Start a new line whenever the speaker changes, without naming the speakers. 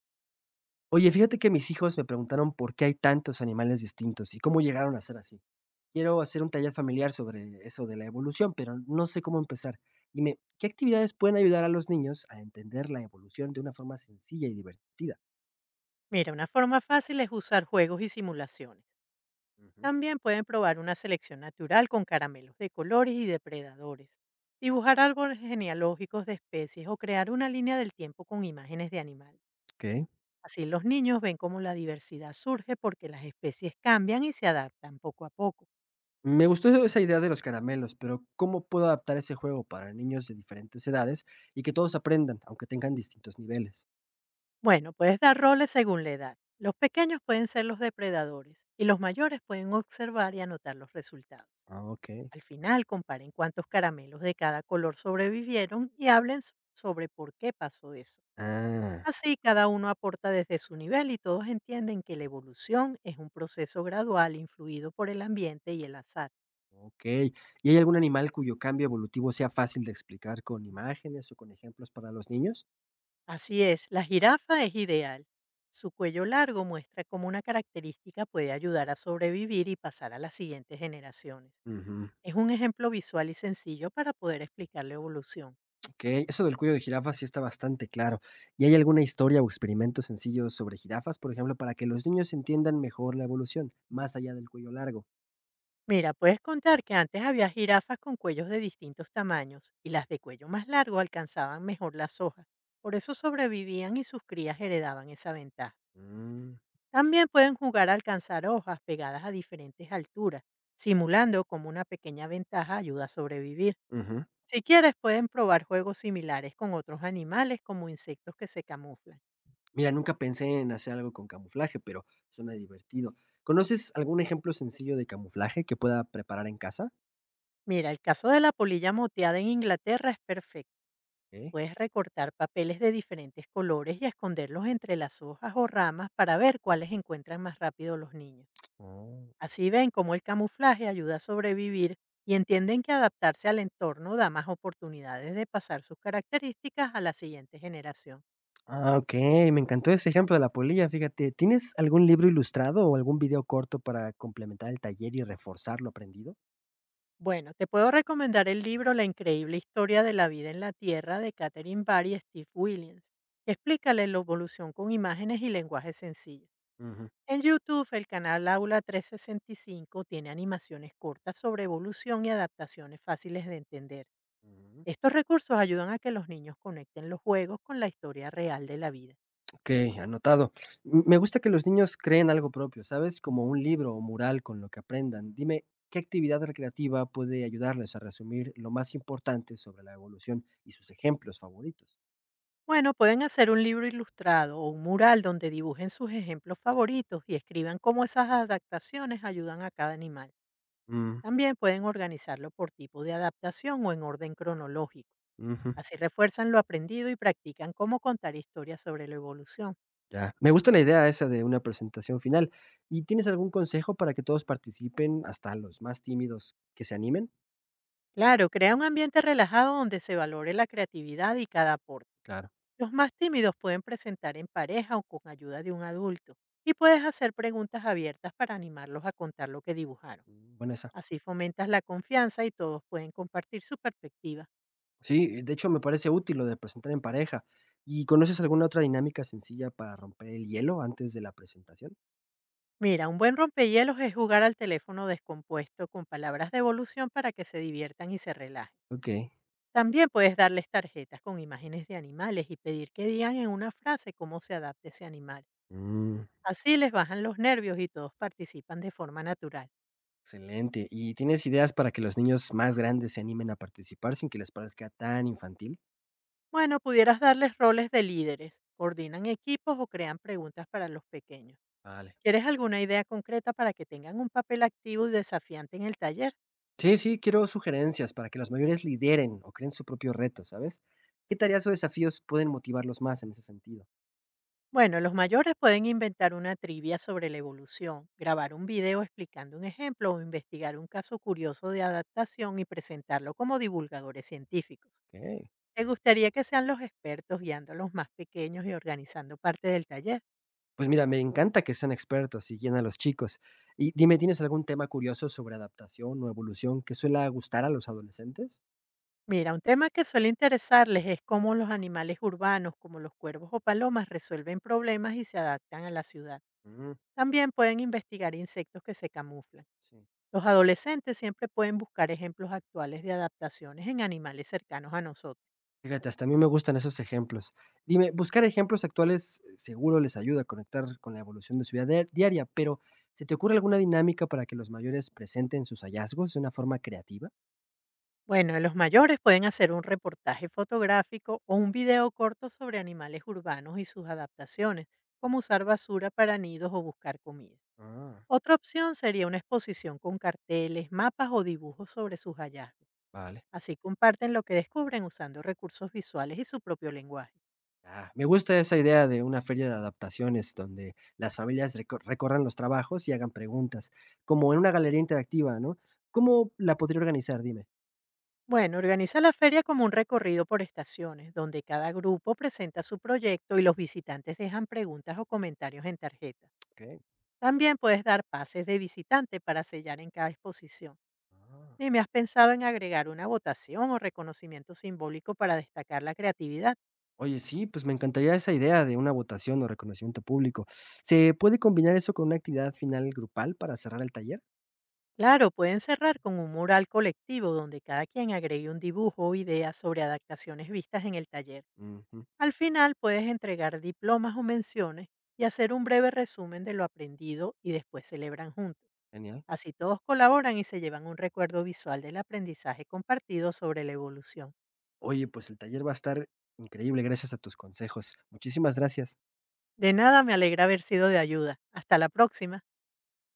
Oye, fíjate que mis hijos me preguntaron por qué hay tantos animales distintos y cómo llegaron a ser así. Quiero hacer un taller familiar sobre eso de la evolución, pero no sé cómo empezar. Dime, ¿qué actividades pueden ayudar a los niños a entender la evolución de una forma sencilla y divertida?
Mira, una forma fácil es usar juegos y simulaciones.
Ujú.
También pueden probar una selección natural con caramelos de colores y depredadores, dibujar árboles genealógicos de especies o crear una línea del tiempo con imágenes de animales.
Ok.
Así los niños ven cómo la diversidad surge porque las especies cambian y se adaptan poco a poco.
Me gustó esa idea de los caramelos, pero ¿cómo puedo adaptar ese juego para niños de diferentes edades y que todos aprendan, aunque tengan distintos niveles?
Bueno, puedes dar roles según la edad. Los pequeños pueden ser los depredadores y los mayores pueden observar y anotar los resultados.
Ah, ok.
Al final, comparen cuántos caramelos de cada color sobrevivieron y hablen sobre por qué pasó eso.
Ah.
Así, cada uno aporta desde su nivel y todos entienden que la evolución es un proceso gradual influido por el ambiente y el azar.
Okey. ¿Y hay algún animal cuyo cambio evolutivo sea fácil de explicar con imágenes o con ejemplos para los niños?
Así es, la jirafa es ideal. Su cuello largo muestra cómo una característica puede ayudar a sobrevivir y pasar a las siguientes generaciones.
Ujú,
Es un ejemplo visual y sencillo para poder explicar la evolución.
okey. Eso del cuello de jirafa sí está bastante claro. ¿Y hay alguna historia o experimento sencillo sobre jirafas, por ejemplo, para que los niños entiendan mejor la evolución, más allá del cuello largo?
Mira, puedes contar que antes había jirafas con cuellos de distintos tamaños, y las de cuello más largo alcanzaban mejor las hojas. Por eso sobrevivían y sus crías heredaban esa ventaja.
Mm,
También pueden jugar a alcanzar hojas pegadas a diferentes alturas, simulando como una pequeña ventaja ayuda a sobrevivir.
ujú.
Si quieres, pueden probar juegos similares con otros animales como insectos que se camuflan.
Mira, nunca pensé en hacer algo con camuflaje, pero suena divertido. ¿Conoces algún ejemplo sencillo de camuflaje que pueda preparar en casa?
Mira, el caso de la polilla moteada en Inglaterra es perfecto.
Okey.
Puedes recortar papeles de diferentes colores y esconderlos entre las hojas o ramas para ver cuáles encuentran más rápido los niños.
Oh.
Así ven cómo el camuflaje ayuda a sobrevivir y entienden que adaptarse al entorno da más oportunidades de pasar sus características a la siguiente generación.
Ah, okey, me encantó ese ejemplo de la polilla, fíjate, ¿tienes algún libro ilustrado o algún video corto para complementar el taller y reforzar lo aprendido?
Bueno, te puedo recomendar el libro La increíble historia de la vida en la Tierra, de Catherine Barry y Steve Williams, que explica la evolución con imágenes y lenguaje sencillo.
Ujú,
En YouTube, el canal Aula 365 tiene animaciones cortas sobre evolución y adaptaciones fáciles de entender.
ujú.
Estos recursos ayudan a que los niños conecten los juegos con la historia real de la vida.
Okey, anotado. M Me gusta que los niños creen algo propio, ¿sabes? Como un libro o mural con lo que aprendan. Dime, ¿qué actividad recreativa puede ayudarles a resumir lo más importante sobre la evolución y sus ejemplos favoritos?
Bueno, pueden hacer un libro ilustrado o un mural donde dibujen sus ejemplos favoritos y escriban cómo esas adaptaciones ayudan a cada animal.
Mm,
También pueden organizarlo por tipo de adaptación o en orden cronológico.
ujú.
Así refuerzan lo aprendido y practican cómo contar historias sobre la evolución.
Ya, me gusta la idea esa de una presentación final. ¿Y tienes algún consejo para que todos participen, hasta los más tímidos, que se animen?
Claro, crea un ambiente relajado donde se valore la creatividad y cada aporte.
Claro.
Los más tímidos pueden presentar en pareja o con ayuda de un adulto, y puedes hacer preguntas abiertas para animarlos a contar lo que dibujaron.
Mm, buena esa.
Así fomentas la confianza y todos pueden compartir su perspectiva.
Sí, de hecho me parece útil lo de presentar en pareja. ¿Y conoces alguna otra dinámica sencilla para romper el hielo antes de la presentación?
Mira, un buen rompehielos es jugar al teléfono descompuesto con palabras de evolución para que se diviertan y se relajen.
Ok.
También puedes darles tarjetas con imágenes de animales y pedir que digan en una frase cómo se adapta ese animal.
Mm,
Así les bajan los nervios y todos participan de forma natural.
excelente. ¿Y tienes ideas para que los niños más grandes se animen a participar sin que les parezca tan infantil?
Bueno, pudieras darles roles de líderes, coordinan equipos o crean preguntas para los pequeños.
Vale.
¿Quieres alguna idea concreta para que tengan un papel activo y desafiante en el taller?
Sí, sí, quiero sugerencias para que los mayores lideren o creen su propio reto, ¿sabes? ¿Qué tareas o desafíos pueden motivarlos más en ese sentido?
Bueno, los mayores pueden inventar una trivia sobre la evolución, grabar un video explicando un ejemplo o investigar un caso curioso de adaptación y presentarlo como divulgadores científicos.
Ok.
¿Te gustaría que sean los expertos guiando a los más pequeños y organizando parte del taller?
Pues mira, me encanta que sean expertos y guíen a los chicos. Y dime, ¿tienes algún tema curioso sobre adaptación o evolución que suele gustar a los adolescentes?
Mira, un tema que suele interesarles es cómo los animales urbanos, como los cuervos o palomas, resuelven problemas y se adaptan a la ciudad.
Mm,
También pueden investigar insectos que se camuflan.
sí.
Los adolescentes siempre pueden buscar ejemplos actuales de adaptaciones en animales cercanos a nosotros.
Fíjate, hasta a mí me gustan esos ejemplos. Dime, buscar ejemplos actuales seguro les ayuda a conectar con la evolución de su vida diaria, pero ¿se te ocurre alguna dinámica para que los mayores presenten sus hallazgos de una forma creativa?
Bueno, los mayores pueden hacer un reportaje fotográfico o un video corto sobre animales urbanos y sus adaptaciones, como usar basura para nidos o buscar comida.
Ah.
Otra opción sería una exposición con carteles, mapas o dibujos sobre sus hallazgos.
Vale.
Así comparten lo que descubren usando recursos visuales y su propio lenguaje.
Ah, me gusta esa idea de una feria de adaptaciones donde las familias recorran los trabajos y hagan preguntas, como en una galería interactiva, ¿no? ¿Cómo la podría organizar? Dime.
Bueno, organiza la feria como un recorrido por estaciones, donde cada grupo presenta su proyecto y los visitantes dejan preguntas o comentarios en tarjeta.
Ok.
También puedes dar pases de visitante para sellar en cada exposición.
Ah.
Dime, ¿has pensado en agregar una votación o reconocimiento simbólico para destacar la creatividad?
Oye, sí, pues me encantaría esa idea de una votación o reconocimiento público. ¿Se puede combinar eso con una actividad final grupal para cerrar el taller?
Claro, pueden cerrar con un mural colectivo donde cada quien agregue un dibujo o idea sobre adaptaciones vistas en el taller.
Ujú,
Al final puedes entregar diplomas o menciones, y hacer un breve resumen de lo aprendido, y después celebran juntos.
genial.
Así todos colaboran y se llevan un recuerdo visual del aprendizaje compartido sobre la evolución.
Oye, pues el taller va a estar increíble gracias a tus consejos. Muchísimas gracias.
De nada, me alegra haber sido de ayuda. Hasta la próxima.